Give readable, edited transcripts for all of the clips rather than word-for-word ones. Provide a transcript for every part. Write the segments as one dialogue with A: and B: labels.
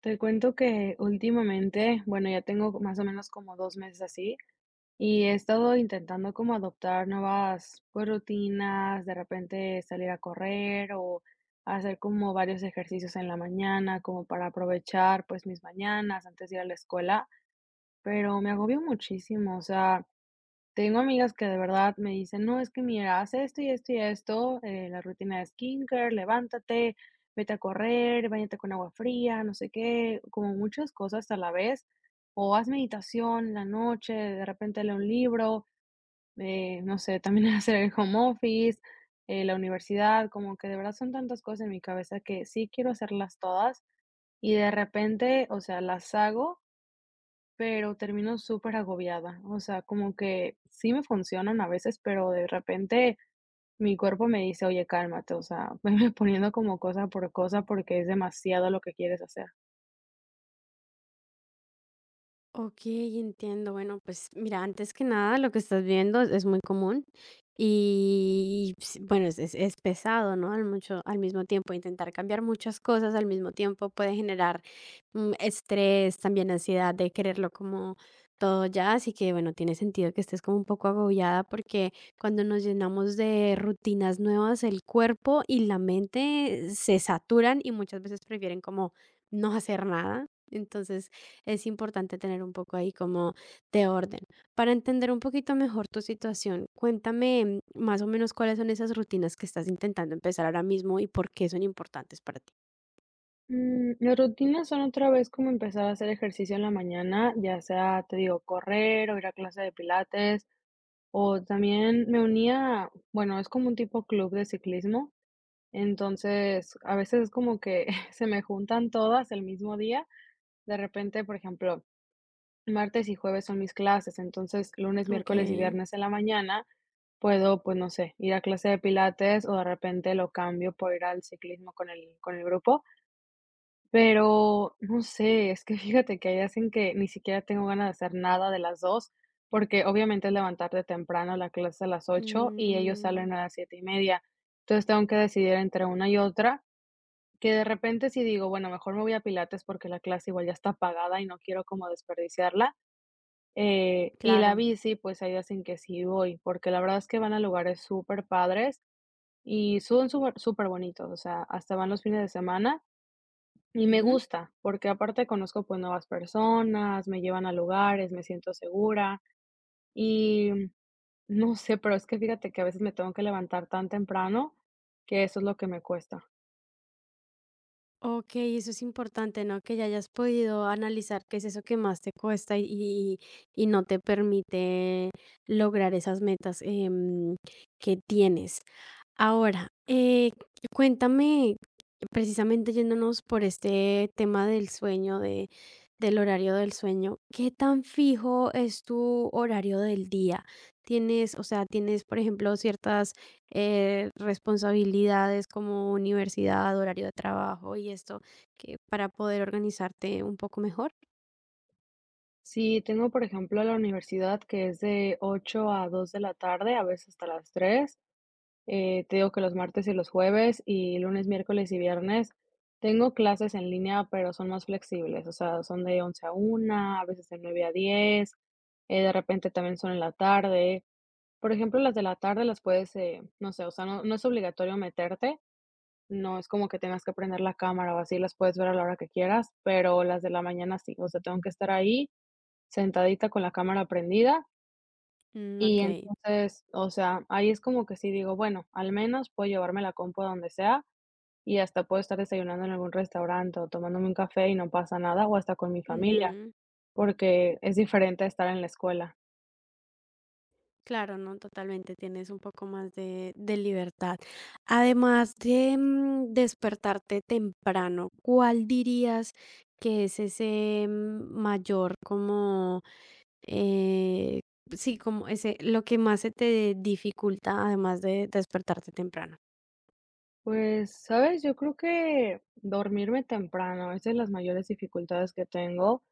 A: Te cuento que últimamente, bueno, ya tengo más o menos como 2 meses así, y he estado intentando como adoptar nuevas, pues, rutinas, de repente salir a correr o hacer como varios ejercicios en la mañana, como para aprovechar, pues, mis mañanas antes de ir a la escuela, pero me agobio muchísimo, o sea, tengo amigas que de verdad me dicen: "No, es que mira, haz esto y esto y esto, la rutina de skincare, levántate, vete a correr, bañate con agua fría, no sé qué", como muchas cosas a la vez, o haz meditación en la noche, de repente lee un libro, no sé, también hacer el home office, la universidad, como que de verdad son tantas cosas en mi cabeza que sí quiero hacerlas todas y de repente, o sea, las hago pero termino súper agobiada, o sea, como que sí me funcionan a veces, pero de repente mi cuerpo me dice: "Oye, cálmate", o sea, venme poniendo como cosa por cosa porque es demasiado lo que quieres hacer.
B: Ok, entiendo. Bueno, pues mira, antes que nada, lo que estás viendo es muy común y bueno, es pesado, ¿no? Al mismo tiempo, intentar cambiar muchas cosas al mismo tiempo puede generar estrés, también ansiedad de quererlo como todo ya. Así que bueno, tiene sentido que estés como un poco agobiada porque cuando nos llenamos de rutinas nuevas, el cuerpo y la mente se saturan y muchas veces prefieren como no hacer nada. Entonces, es importante tener un poco ahí como de orden. Para entender un poquito mejor tu situación, cuéntame más o menos cuáles son esas rutinas que estás intentando empezar ahora mismo y por qué son importantes para ti.
A: Mis rutinas son otra vez como empezar a hacer ejercicio en la mañana, ya sea, te digo, correr o ir a clase de pilates, o también me unía, bueno, es como un tipo club de ciclismo, entonces a veces es como que se me juntan todas el mismo día. De repente, por ejemplo, martes y jueves son mis clases, entonces lunes,
B: Ok,
A: miércoles y viernes en la mañana puedo, pues no sé, ir a clase de pilates o de repente lo cambio por ir al ciclismo con el grupo, pero no sé, es que fíjate que hay días en que ni siquiera tengo ganas de hacer nada de las 2, porque obviamente es levantarte temprano, la clase a las 8 y ellos salen
B: mm,
A: a las 7 y media. Entonces tengo que decidir entre una y otra, que de repente si digo, bueno, mejor me voy a pilates porque la clase igual ya está pagada y no quiero como desperdiciarla, y la
B: claro.
A: bici, pues hay días en que sí voy, porque la verdad es que van a lugares súper padres y son súper súper bonitos, o sea, hasta van los fines de semana y me
B: Ujú.
A: gusta, porque aparte conozco pues nuevas personas, me llevan a lugares, me siento segura y no sé, pero es que fíjate que a veces me tengo que levantar tan temprano que eso es lo que me cuesta.
B: Ok, eso es importante, ¿no? Que ya hayas podido analizar qué es eso que más te cuesta y no te permite lograr esas metas que tienes. Ahora, cuéntame, precisamente yéndonos por este tema del sueño, del horario del sueño, ¿qué tan fijo es tu horario del día? ¿Tienes, o sea, tienes, por ejemplo, ciertas responsabilidades como universidad, horario de trabajo y esto, que para poder organizarte un poco mejor?
A: Sí tengo, por ejemplo, la universidad que es de 8 a 2 de la tarde, a veces hasta las 3. Te digo que los martes y los jueves, y lunes, miércoles y viernes tengo clases en línea, pero son más flexibles, o sea, son de 11 a 1, a veces de 9 a 10, de repente también son en la tarde. Por ejemplo, las de la tarde las puedes, no sé, o sea, no no es obligatorio meterte, no es como que tengas que prender la cámara o así, las puedes ver a la hora que quieras, pero las de la mañana sí, o sea, tengo que estar ahí sentadita con la cámara prendida
B: Mm,
A: y
B: ok.
A: entonces, o sea, ahí es como que sí digo, bueno, al menos puedo llevarme la compu a donde sea y hasta puedo estar desayunando en algún restaurante o tomándome un café y no pasa nada, o hasta con mi familia,
B: Ujú.
A: porque es diferente a estar en la escuela.
B: Claro, no, totalmente, tienes un poco más de libertad. Además de despertarte temprano, ¿cuál dirías que es ese mayor como, eh, sí, como ese, lo que más se te dificulta además de despertarte temprano?
A: Pues, ¿sabes? Yo creo que dormirme temprano, esa es de las mayores dificultades que tengo.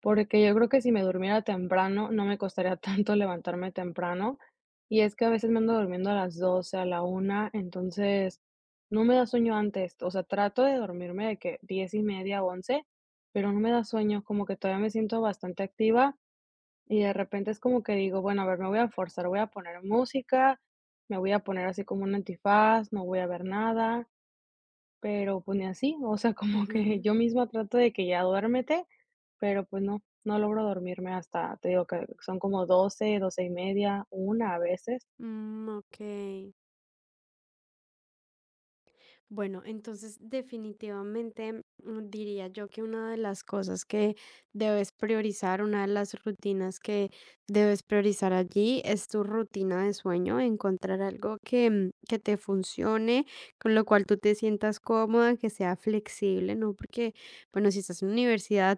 A: Porque yo creo que si me durmiera temprano, no me costaría tanto levantarme temprano. Y es que a veces me ando durmiendo a las 12 a la 1 entonces no me da sueño antes. O sea, trato de dormirme de que 10 y media, 11, pero no me da sueño, como que todavía me siento bastante activa y de repente es como que digo, bueno, a ver, me voy a forzar, voy a poner música, me voy a poner así como un antifaz, no voy a ver nada. Pero, pues, ni así, o sea, como que
B: Ujú,
A: yo misma trato de que ya duérmete, pero, pues, no, no logro dormirme hasta, te digo que son como 12, 12 y media, 1 a veces.
B: mm, ok. Bueno, entonces definitivamente diría yo que una de las cosas que debes priorizar, una de las rutinas que debes priorizar allí es tu rutina de sueño, encontrar algo que te funcione, con lo cual tú te sientas cómoda, que sea flexible, ¿no? Porque, bueno, si estás en la universidad,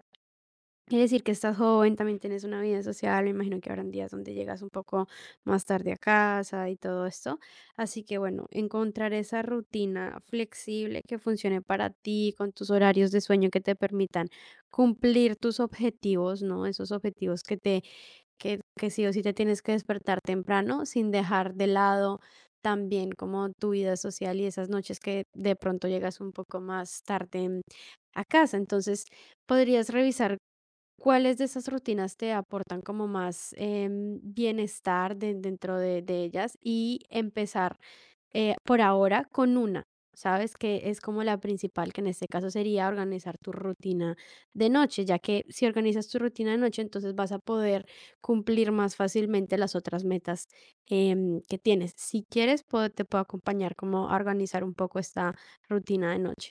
B: quiere decir que estás joven, también tienes una vida social, me imagino que habrán días donde llegas un poco más tarde a casa y todo esto. Así que bueno, encontrar esa rutina flexible que funcione para ti, con tus horarios de sueño que te permitan cumplir tus objetivos, ¿no? Esos objetivos que sí o sí te tienes que despertar temprano sin dejar de lado también como tu vida social y esas noches que de pronto llegas un poco más tarde a casa. Entonces, podrías revisar ¿cuáles de esas rutinas te aportan como más bienestar dentro de ellas? Y empezar por ahora con una, ¿sabes? Que es como la principal, que en este caso sería organizar tu rutina de noche, ya que si organizas tu rutina de noche, entonces vas a poder cumplir más fácilmente las otras metas que tienes. Si quieres, te puedo acompañar como a organizar un poco esta rutina de noche.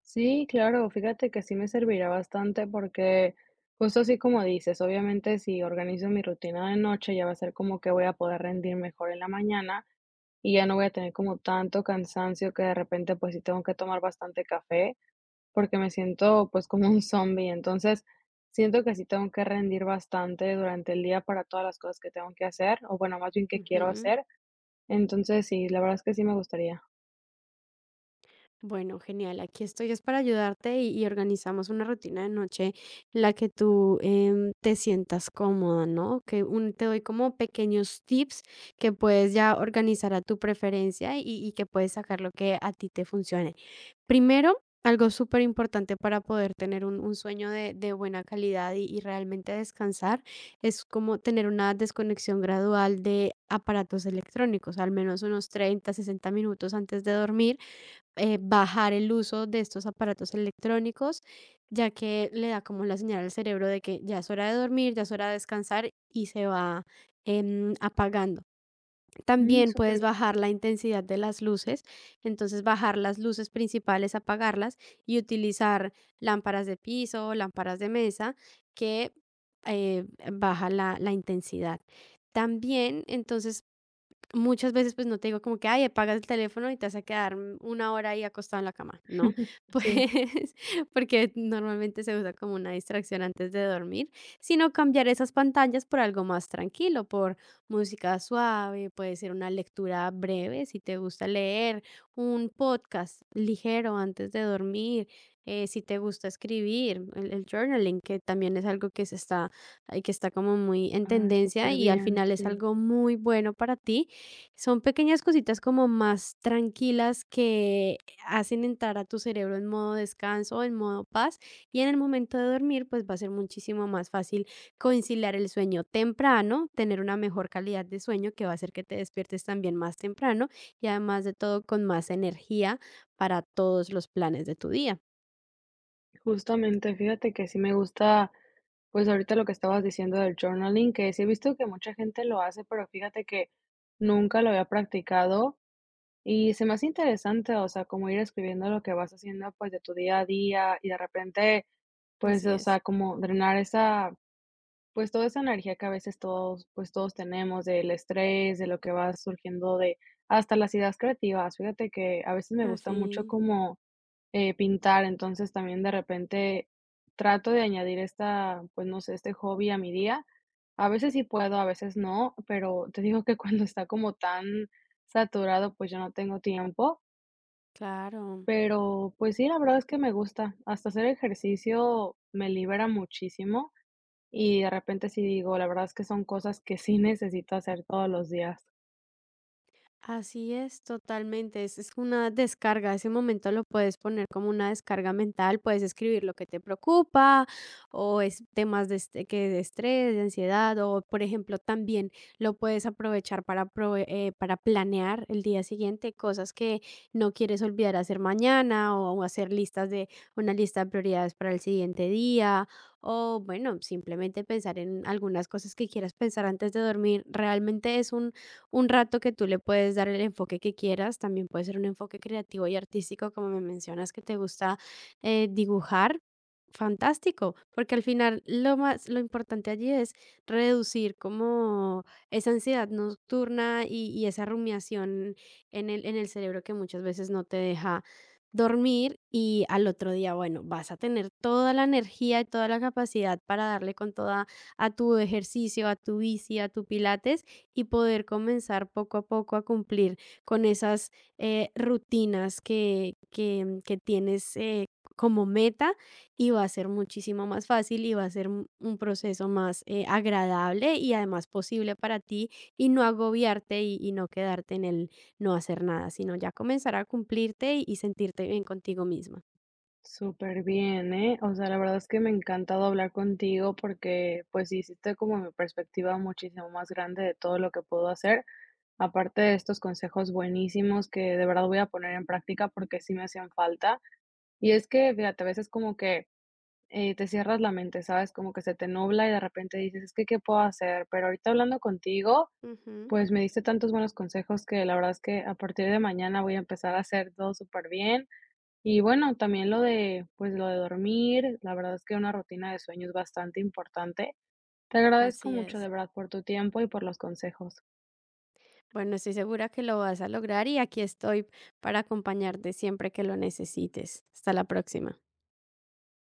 A: Sí, claro, fíjate que sí me servirá bastante porque justo así como dices, obviamente, si organizo mi rutina de noche, ya va a ser como que voy a poder rendir mejor en la mañana y ya no voy a tener como tanto cansancio que de repente, pues, sí tengo que tomar bastante café. Porque me siento, pues, como un zombie. Entonces, siento que sí tengo que rendir bastante durante el día para todas las cosas que tengo que hacer, o bueno, más bien que quiero
B: Ujú.
A: hacer. Entonces, sí, la verdad es que sí me gustaría.
B: Bueno, genial. Aquí estoy es para ayudarte y organizamos una rutina de noche en la que tú te sientas cómoda, ¿no? Que te doy como pequeños tips que puedes ya organizar a tu preferencia y que puedes sacar lo que a ti te funcione. Primero, algo súper importante para poder tener un sueño de buena calidad y realmente descansar es como tener una desconexión gradual de aparatos electrónicos, al menos unos 30, 60 minutos antes de dormir bajar el uso de estos aparatos electrónicos, ya que le da como la señal al cerebro de que ya es hora de dormir, ya es hora de descansar y se va apagando.
A: Mm,
B: También puedes
A: superbién.
B: bajar la intensidad de las luces, entonces bajar las luces principales, apagarlas y utilizar lámparas de piso, lámparas de mesa, que eh, baja la intensidad. También, entonces, muchas veces, pues, no te digo como que: "Ay, apagas el teléfono y te vas a quedar una hora ahí acostado en la cama", no,
A: Sí.
B: pues, porque normalmente se usa como una distracción antes de dormir, sino cambiar esas pantallas por algo más tranquilo, por música suave, puede ser una lectura breve, si te gusta leer, un podcast ligero antes de dormir, si te gusta escribir, el journaling, que también es algo que se está, ay, que está como muy en
A: Ah,
B: tendencia
A: súper
B: y al
A: bien,
B: final es
A: sí.
B: algo muy bueno para ti. Son pequeñas cositas como más tranquilas que hacen entrar a tu cerebro en modo descanso, en modo paz, y en el momento de dormir, pues va a ser muchísimo más fácil conciliar el sueño temprano, tener una mejor calidad de sueño que va a hacer que te despiertes también más temprano y además de todo con más energía para todos los planes de tu día.
A: Justamente, fíjate que sí me gusta, pues, ahorita lo que estabas diciendo del journaling, que sí he visto que mucha gente lo hace, pero fíjate que nunca lo había practicado. Y se me hace interesante, o sea, como ir escribiendo lo que vas haciendo, pues, de tu día a día y de repente, pues,
B: Así
A: o sea,
B: es,
A: como drenar esa, pues, toda esa energía que a veces todos, pues, todos tenemos del estrés, de lo que va surgiendo, de hasta las ideas creativas. Fíjate que a veces me gusta mucho
B: así,
A: como, pintar, entonces también de repente trato de añadir esta, pues, no sé, este hobby a mi día. A veces sí puedo, a veces no, pero te digo que cuando está como tan saturado, pues, yo no tengo tiempo.
B: claro.
A: Pero, pues sí, la verdad es que me gusta. Hasta hacer ejercicio me libera muchísimo y de repente sí digo, la verdad es que son cosas que sí necesito hacer todos los días.
B: Así es, totalmente. Es una descarga. Ese momento lo puedes poner como una descarga mental. Puedes escribir lo que te preocupa o es temas de, este- que de estrés, de ansiedad o, por ejemplo, también lo puedes aprovechar para planear el día siguiente cosas que no quieres olvidar hacer mañana o, hacer listas de una lista de prioridades para el siguiente día o, bueno, simplemente pensar en algunas cosas que quieras pensar antes de dormir. Realmente es un rato que tú le puedes dar el enfoque que quieras, también puede ser un enfoque creativo y artístico, como me mencionas que te gusta dibujar. Fantástico, porque al final lo más, lo importante allí es reducir como esa ansiedad nocturna y esa rumiación en el cerebro que muchas veces no te deja dormir y al otro día, bueno, vas a tener toda la energía y toda la capacidad para darle con toda a tu ejercicio, a tu bici, a tu pilates y poder comenzar poco a poco a cumplir con esas rutinas que tienes como meta y va a ser muchísimo más fácil y va a ser un proceso más agradable y además posible para ti y no agobiarte y no quedarte en el no hacer nada, sino ya comenzar a cumplirte y sentirte bien contigo misma.
A: Súper bien, ¿eh? O sea, la verdad es que me ha encantado hablar contigo porque, pues, hiciste como mi perspectiva muchísimo más grande de todo lo que puedo hacer. Aparte de estos consejos buenísimos que de verdad voy a poner en práctica porque sí me hacían falta. Y es que, fíjate, a veces como que te cierras la mente, ¿sabes? Como que se te nubla y de repente dices, es que, ¿qué puedo hacer? Pero ahorita hablando contigo,
B: Ujú,
A: pues me diste tantos buenos consejos que la verdad es que a partir de mañana voy a empezar a hacer todo súper bien. Y bueno, también lo de, pues lo de dormir, la verdad es que una rutina de sueño es bastante importante. Te agradezco
B: así
A: mucho de
B: es.
A: verdad por tu tiempo y por los consejos.
B: Bueno, estoy segura que lo vas a lograr y aquí estoy para acompañarte siempre que lo necesites. Hasta la próxima.